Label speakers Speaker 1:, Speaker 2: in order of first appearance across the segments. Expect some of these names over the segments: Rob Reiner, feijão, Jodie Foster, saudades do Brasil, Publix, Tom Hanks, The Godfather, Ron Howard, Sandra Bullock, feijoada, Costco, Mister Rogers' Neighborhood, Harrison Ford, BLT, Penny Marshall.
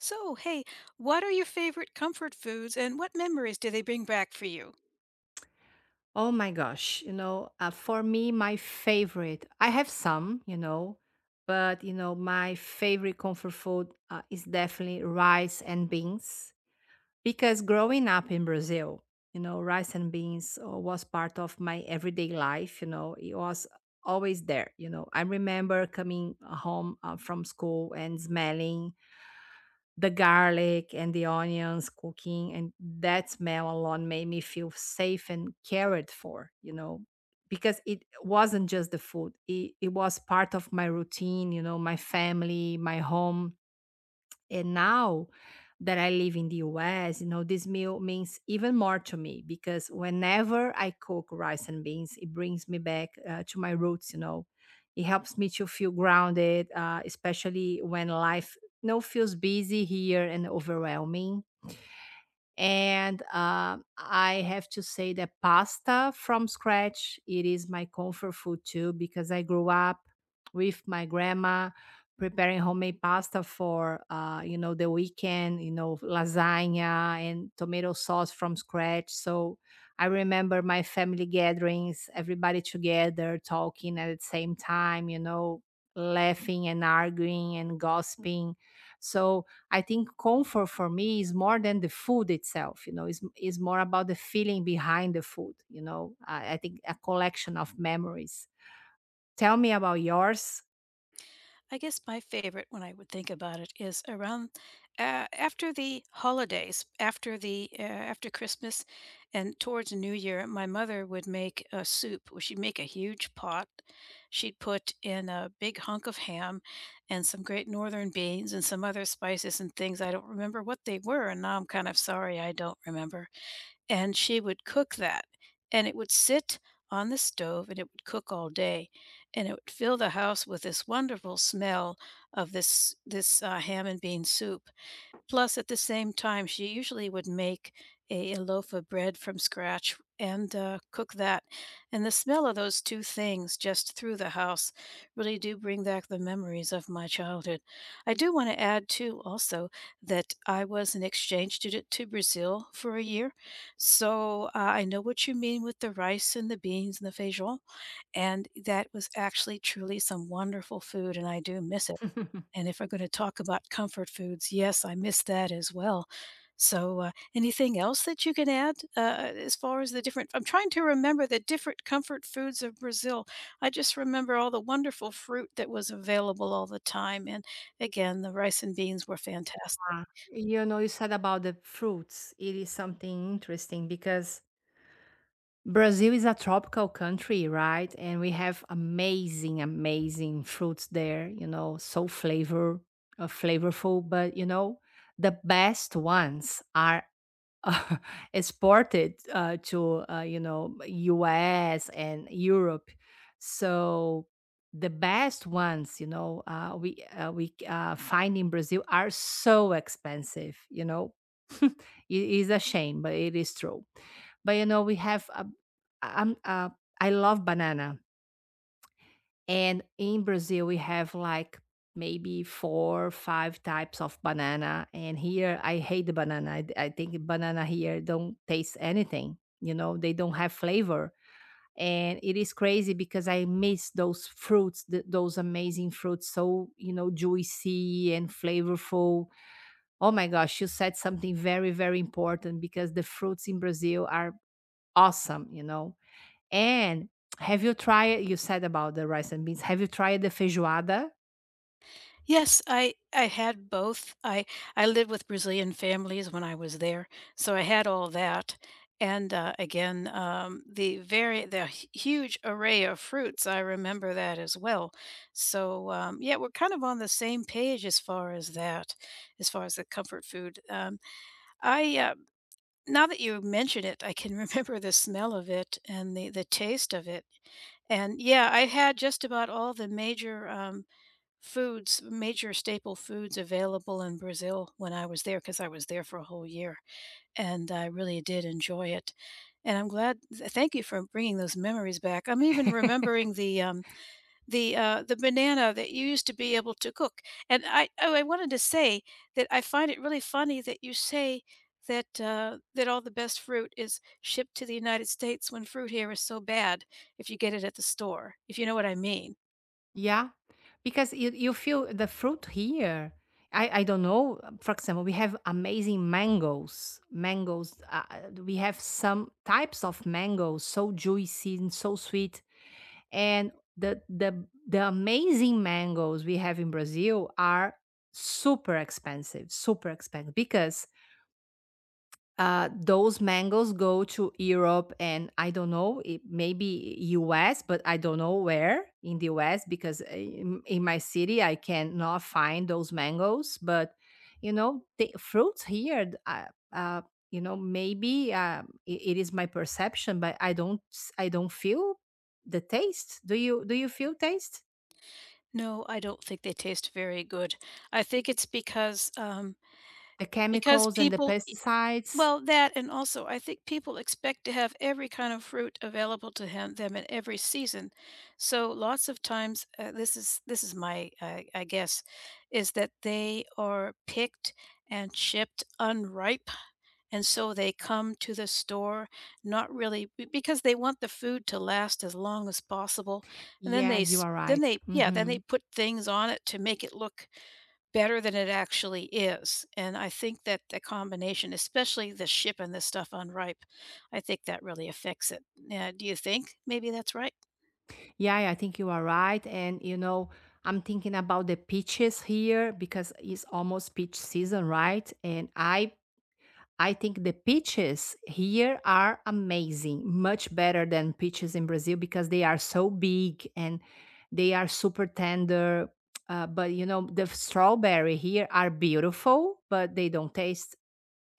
Speaker 1: So, hey, what are your favorite comfort foods and what memories do they bring back for you?
Speaker 2: Oh my gosh, for me, my favorite, I have some, my favorite comfort food is definitely rice and beans because growing up in Brazil, rice and beans was part of my everyday life, you know, it was always there, you know. I remember coming home from school and smelling the garlic and the onions cooking, and that smell alone made me feel safe and cared for because it wasn't just the food, it was part of my routine, you know, my family, my home. And now that I live in the US, you know, this meal means even more to me, because whenever I cook rice and beans, it brings me back to my roots, you know. It helps me to feel grounded, especially when life, you know, feels busy here and overwhelming. And I have to say that pasta from scratch, it is my comfort food too, because I grew up with my grandma preparing homemade pasta for, the weekend, you know, lasagna and tomato sauce from scratch. So I remember my family gatherings, everybody together talking at the same time, you know, laughing and arguing and gossiping. So I think comfort for me is more than the food itself, is more about the feeling behind the food, you know. I think a collection of memories. Tell me about yours.
Speaker 1: I guess my favorite when I would think about it is around after the holidays, after the after Christmas and towards New Year, my mother would make a soup. Well, she'd make a huge pot. She'd put in a big hunk of ham and some great northern beans and some other spices and things. I don't remember what they were, and now I'm kind of sorry I don't remember. And she would cook that, and it would sit on the stove, and it would cook all day, and it would fill the house with this wonderful smell of this ham and bean soup. Plus, at the same time, she usually would make a loaf of bread from scratch and, cook that, and the smell of those 2 things just through the house really do bring back the memories of my childhood. I do wanna add too, also, that I was an exchange student to Brazil for a year, so, I know what you mean with the rice and the beans and the feijão, and that was actually truly some wonderful food, and I do miss it. And if we're gonna talk about comfort foods, yes, I miss that as well. So, anything else that you can add, as far as the different I'm trying to remember the different comfort foods of Brazil. I just remember all the wonderful fruit that was available all the time, and again, the rice and beans were fantastic.
Speaker 2: Ah. You know, you said about the fruits. It is something interesting because Brazil is a tropical country, right? And we have amazing, amazing fruits there, you know, so flavorful, but you know, the best ones are uh, exported, you know, US and Europe. So the best ones, you know, we find in Brazil are so expensive. You know, it is a shame, but it is true. But you know, we have a, I'm I love banana, and in Brazil, we have like maybe four, five types of banana. And here, I hate the banana. I think banana here don't taste anything. You know, they don't have flavor. And it is crazy because I miss those fruits, those amazing fruits, so, you know, juicy and flavorful. Oh my gosh, you said something very, very important because the fruits in Brazil are awesome, you know, and have you tried, you said about the rice and beans, have you tried the feijoada?
Speaker 1: Yes, I had both. I lived with Brazilian families when I was there, so I had all that. And again, the very the huge array of fruits, I remember that as well. So yeah, we're kind of on the same page as far as that, as far as the comfort food. I Now that you mention it, I can remember the smell of it and the taste of it. And yeah, I had just about all the major foods, major staple foods available in Brazil when I was there, because I was there for a whole year, and I really did enjoy it, and I'm glad th thank you for bringing those memories back. I'm even remembering the banana that you used to be able to cook, and I oh, I wanted to say that I find it really funny that you say that, that all the best fruit is shipped to the United States when fruit here is so bad if you get it at the store, if you know what I mean.
Speaker 2: Yeah, because you feel the fruit here. I don't know. For example, we have amazing mangoes. Mangoes, we have some types of mangoes so juicy and so sweet, and the amazing mangoes we have in Brazil are super expensive because those mangoes go to Europe, and I don't know, it, maybe US, but I don't know where in the US, because in my city I cannot find those mangoes. But you know, the fruits here, th- uh, you know, maybe it is my perception, but I don't feel the taste. Do you? Do you feel taste?
Speaker 1: No, I don't think they taste very good. I think it's because,
Speaker 2: The chemicals and the
Speaker 1: people
Speaker 2: pesticides.
Speaker 1: well, that and also I think people expect to have every kind of fruit available to him them in every season. So lots of times, this is my, I guess, is that they are picked and shipped unripe and so they come to the store not really b because they want the food to last as long as possible, and then they
Speaker 2: Yes, you
Speaker 1: s
Speaker 2: are
Speaker 1: then
Speaker 2: right.
Speaker 1: they yeah, then
Speaker 2: Mm-hmm.
Speaker 1: they put things on it to make it look better than it actually is, and I think that the combination, especially the shipping this stuff unripe, I think that really affects it. Yeah, do you think maybe that's right?
Speaker 2: Yeah, yeah, I think you are right. And, you know, I'm thinking about the peaches here because it's almost peach season, right? And I think the peaches here are amazing, much better than peaches in Brazil because they are so big and they are super tender. But you know, the strawberry here are beautiful, but they don't taste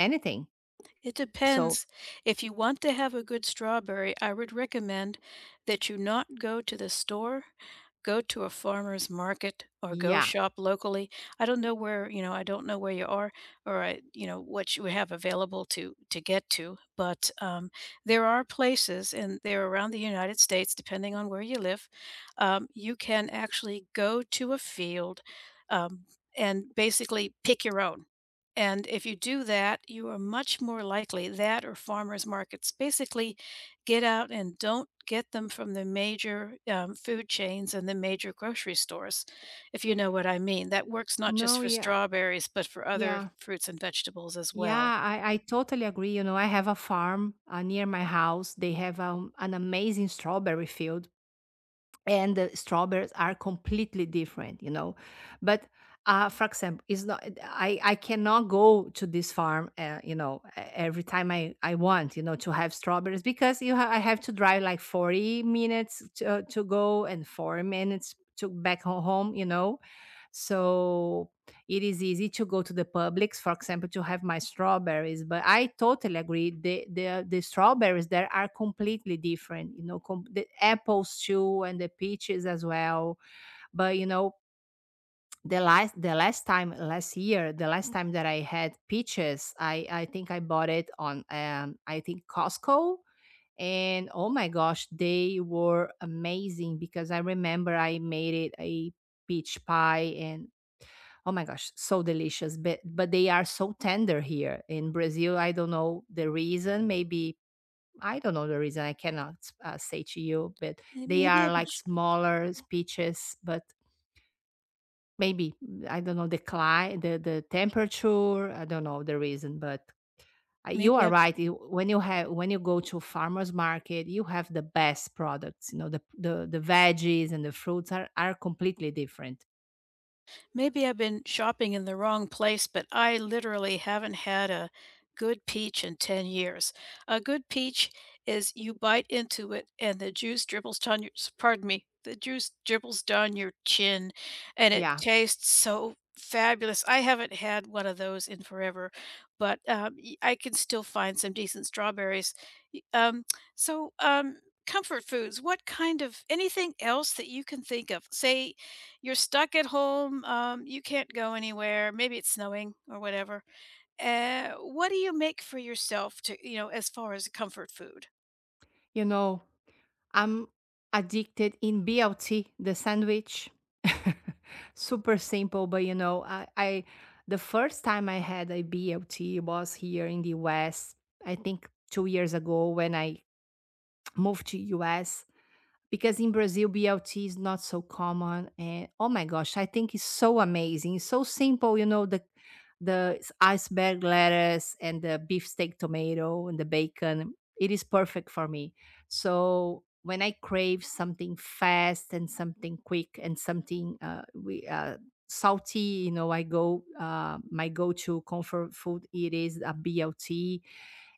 Speaker 2: anything.
Speaker 1: It
Speaker 2: So
Speaker 1: depends. If you want to have a good strawberry, I would recommend that you not go to the store, go to a farmer's market or go
Speaker 2: yeah,
Speaker 1: shop locally. I don't know where, you know, I don't know where you are or I, you know, what you have available to get to, but there are places and they're around the United States, depending on where you live. You can actually go to a field um, and basically pick your own. And if you do that, you are much more likely that or farmers markets. Basically, get out and don't get them from the major food chains and the major grocery stores, if you know what I mean. That works not just
Speaker 2: no,
Speaker 1: for
Speaker 2: yeah,
Speaker 1: strawberries, but for other
Speaker 2: yeah.
Speaker 1: fruits and vegetables as
Speaker 2: Yeah,
Speaker 1: well.
Speaker 2: I totally agree. You know, I have a farm near my house. They have an amazing strawberry field, and the strawberries are completely different, you know. But for example, it's not, I cannot go to this farm, you know, every time I want, you know, to have strawberries because I have to drive like 40 minutes to go and 4 minutes to back home, you know, so it is easy to go to the Publix, for example, to have my strawberries. But I totally agree. The strawberries there are completely different. You know, the apples too, and the peaches as well. But you know, the last time last year, the last time that I had peaches, I think I bought it on I think Costco. And oh my gosh, they were amazing, because I remember I made it a peach pie and, oh my gosh, so delicious. But they are so tender here in Brazil. I don't know the reason. Maybe I don't know the reason. I cannot say to you, but
Speaker 1: May-
Speaker 2: they
Speaker 1: Maybe I
Speaker 2: are
Speaker 1: would.
Speaker 2: like
Speaker 1: Sh-
Speaker 2: smaller peaches, but maybe I don't know the the temperature. I don't know the reason, but you
Speaker 1: Maybe
Speaker 2: are right. You, when you have when you go to farmers market, you have the best products. You know the veggies and the fruits are completely different.
Speaker 1: Maybe I've been shopping in the wrong place, but I literally haven't had a good peach in 10 years. A good peach is you bite into it and the juice dribbles down pardon me, the juice dribbles down your chin and it
Speaker 2: Yeah,
Speaker 1: tastes so fabulous. I haven't had one of those in forever, but I can still find some decent strawberries. Y- Um, so, um, Comfort foods, what kind of anything else that you can think of? Say, you're stuck at home. You can't go anywhere. Maybe it's snowing or whatever. What do you make for yourself to, you know, as far as comfort food?
Speaker 2: you know, I'm addicted in BLT, the sandwich. Super simple, but you know, I the first time I had a BLT was here in the US, I think 2 years ago when I moved to US. Because in Brazil, BLT is not so common. And oh my gosh, I think it's so amazing. It's so simple, you know, the iceberg lettuce and the beefsteak tomato and the bacon. It is perfect for me. So when I crave something fast and something quick and something salty, you know, I go my go-to comfort food. It is a BLT.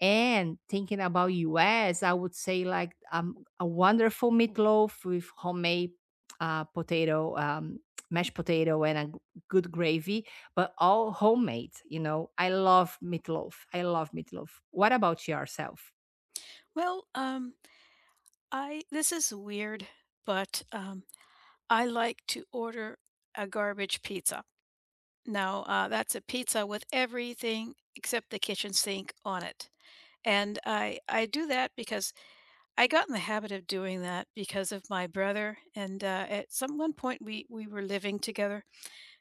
Speaker 2: And thinking about US, I would say like a wonderful meatloaf with homemade uh, potato, um, mashed potato, and a good gravy, but all homemade. You know, I love meatloaf. I love meatloaf. What about yourself?
Speaker 1: Well, I this is weird, but I like to order a garbage pizza. No, that's a pizza with everything except the kitchen sink on it. And I do that because I got in the habit of doing that because of my brother. And at some one point we were living together.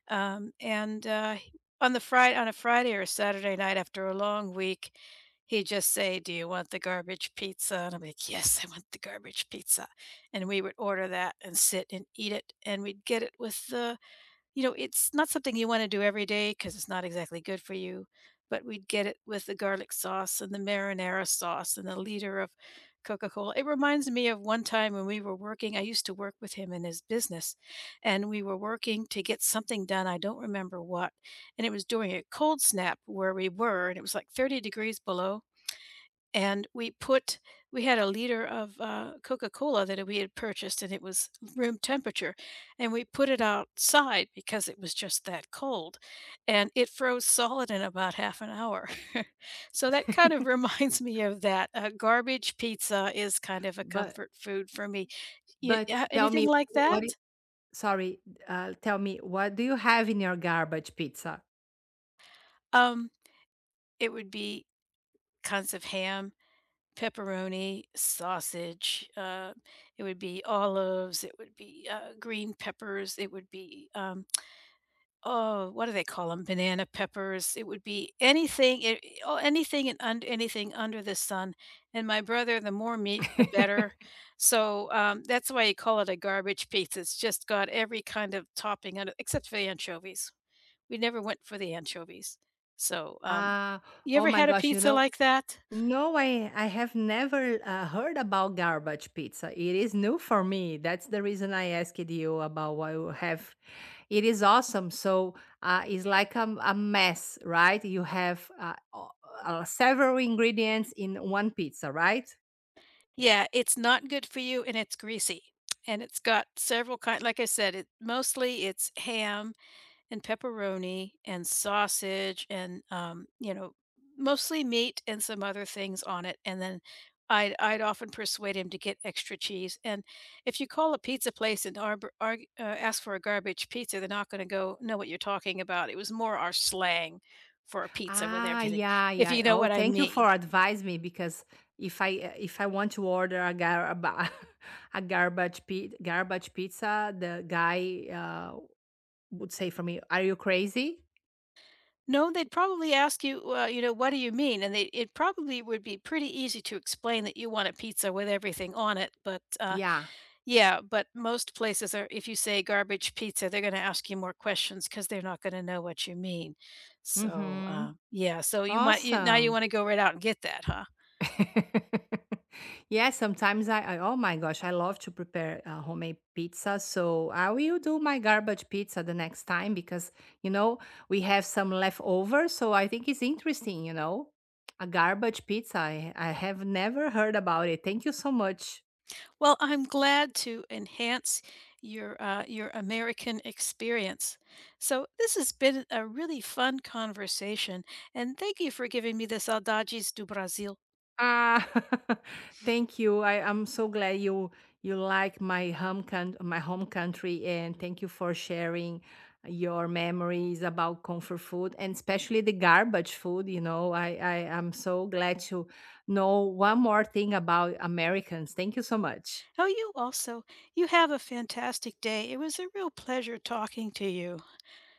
Speaker 1: And On the Friday on a Friday or a Saturday night after a long week, he'd just say, "Do you want the garbage pizza?" And I'm like, "Yes, I want the garbage pizza." And we would order that and sit and eat it, and we'd get it with the you know, it's not something you wanna do every day because it's not exactly good for you, but we'd get it with the garlic sauce and the marinara sauce and the liter of Coca-Cola. It reminds me of one time when we were working I used to work with him in his business, and we were working to get something done, I don't remember what, and it was during a cold snap where we were, and it was like 30 degrees below, and we put we had a liter of Coca-Cola that we had purchased and it was room temperature and we put it outside because it was just that cold and it froze solid in about 1/2 an hour so that kind of reminds me of that garbage pizza is kind of a
Speaker 2: But
Speaker 1: comfort food for me you,
Speaker 2: but
Speaker 1: yeah,
Speaker 2: tell
Speaker 1: anything
Speaker 2: me
Speaker 1: like
Speaker 2: what?
Speaker 1: that
Speaker 2: Sorry, tell me, what do you have in your garbage pizza?
Speaker 1: um, it would be kinds of ham pepperoni, sausage, it would be olives, it would be, green peppers, it would be, oh, what do they call them? Banana peppers, it would be anything it oh, anything and under anything under the sun, and my brother, the more meat, the better, so, that's why you call it a garbage pizza, it's just got every kind of topping on except for the anchovies. We never went for the anchovies, so,
Speaker 2: Ah,
Speaker 1: you
Speaker 2: oh
Speaker 1: ever
Speaker 2: my
Speaker 1: had a
Speaker 2: gosh! You
Speaker 1: pizza
Speaker 2: know,
Speaker 1: like that?
Speaker 2: no, I have never heard about garbage pizza. It is new for me. That's the reason I asked you about what you have. It is awesome. So it's like a mess, right? You have several ingredients in one pizza, right?
Speaker 1: Yeah, it's not good for you and it's greasy. And it's got several kind like I said, it mostly it's ham and pepperoni and sausage and you know, mostly meat and some other things on it. And then I'd often persuade him to get extra cheese. And if you call a pizza place and arb arg ask for a garbage pizza, they're not gonna go know what you're talking about. It was more our slang for a pizza with
Speaker 2: Ah,
Speaker 1: everything,
Speaker 2: yeah,
Speaker 1: if you
Speaker 2: yeah.
Speaker 1: know
Speaker 2: Oh,
Speaker 1: what I
Speaker 2: thank you
Speaker 1: mean.
Speaker 2: for advise me because if I want to order a garba a garbage pizza, the guy would say for me, "Are you crazy?"
Speaker 1: No, they'd probably ask you, "Well, you know, what do you mean?" And they it probably would be pretty easy to explain that you want a pizza with everything on it, but,
Speaker 2: Yeah.
Speaker 1: yeah, but most places are if you say garbage pizza, they're gonna ask you more questions because 'cause they're not gonna know what you mean. So,
Speaker 2: Mm-hmm.
Speaker 1: yeah, so you might you now you
Speaker 2: Awesome.
Speaker 1: wanna go right out and get that, huh?
Speaker 2: Yeah, sometimes I oh my gosh, I love to prepare homemade pizza. So I will do my garbage pizza the next time, because you know, we have some leftover. So I think it's interesting, you know, a garbage pizza. I have never heard about it. Thank you so much.
Speaker 1: Well, I'm glad to enhance your American experience. So this has been a really fun conversation, and thank you for giving me the saudades do Brasil.
Speaker 2: Ah, thank you. I'm so glad you you like my home my home country, and thank you for sharing your memories about comfort food, and especially the garbage food. You know, I am so glad to know one more thing about Americans. Thank you so much.
Speaker 1: Oh, you also, you have a fantastic day. It was a real pleasure talking to you.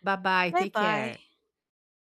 Speaker 2: Bye bye.
Speaker 1: Bye
Speaker 2: Take
Speaker 1: bye.
Speaker 2: care.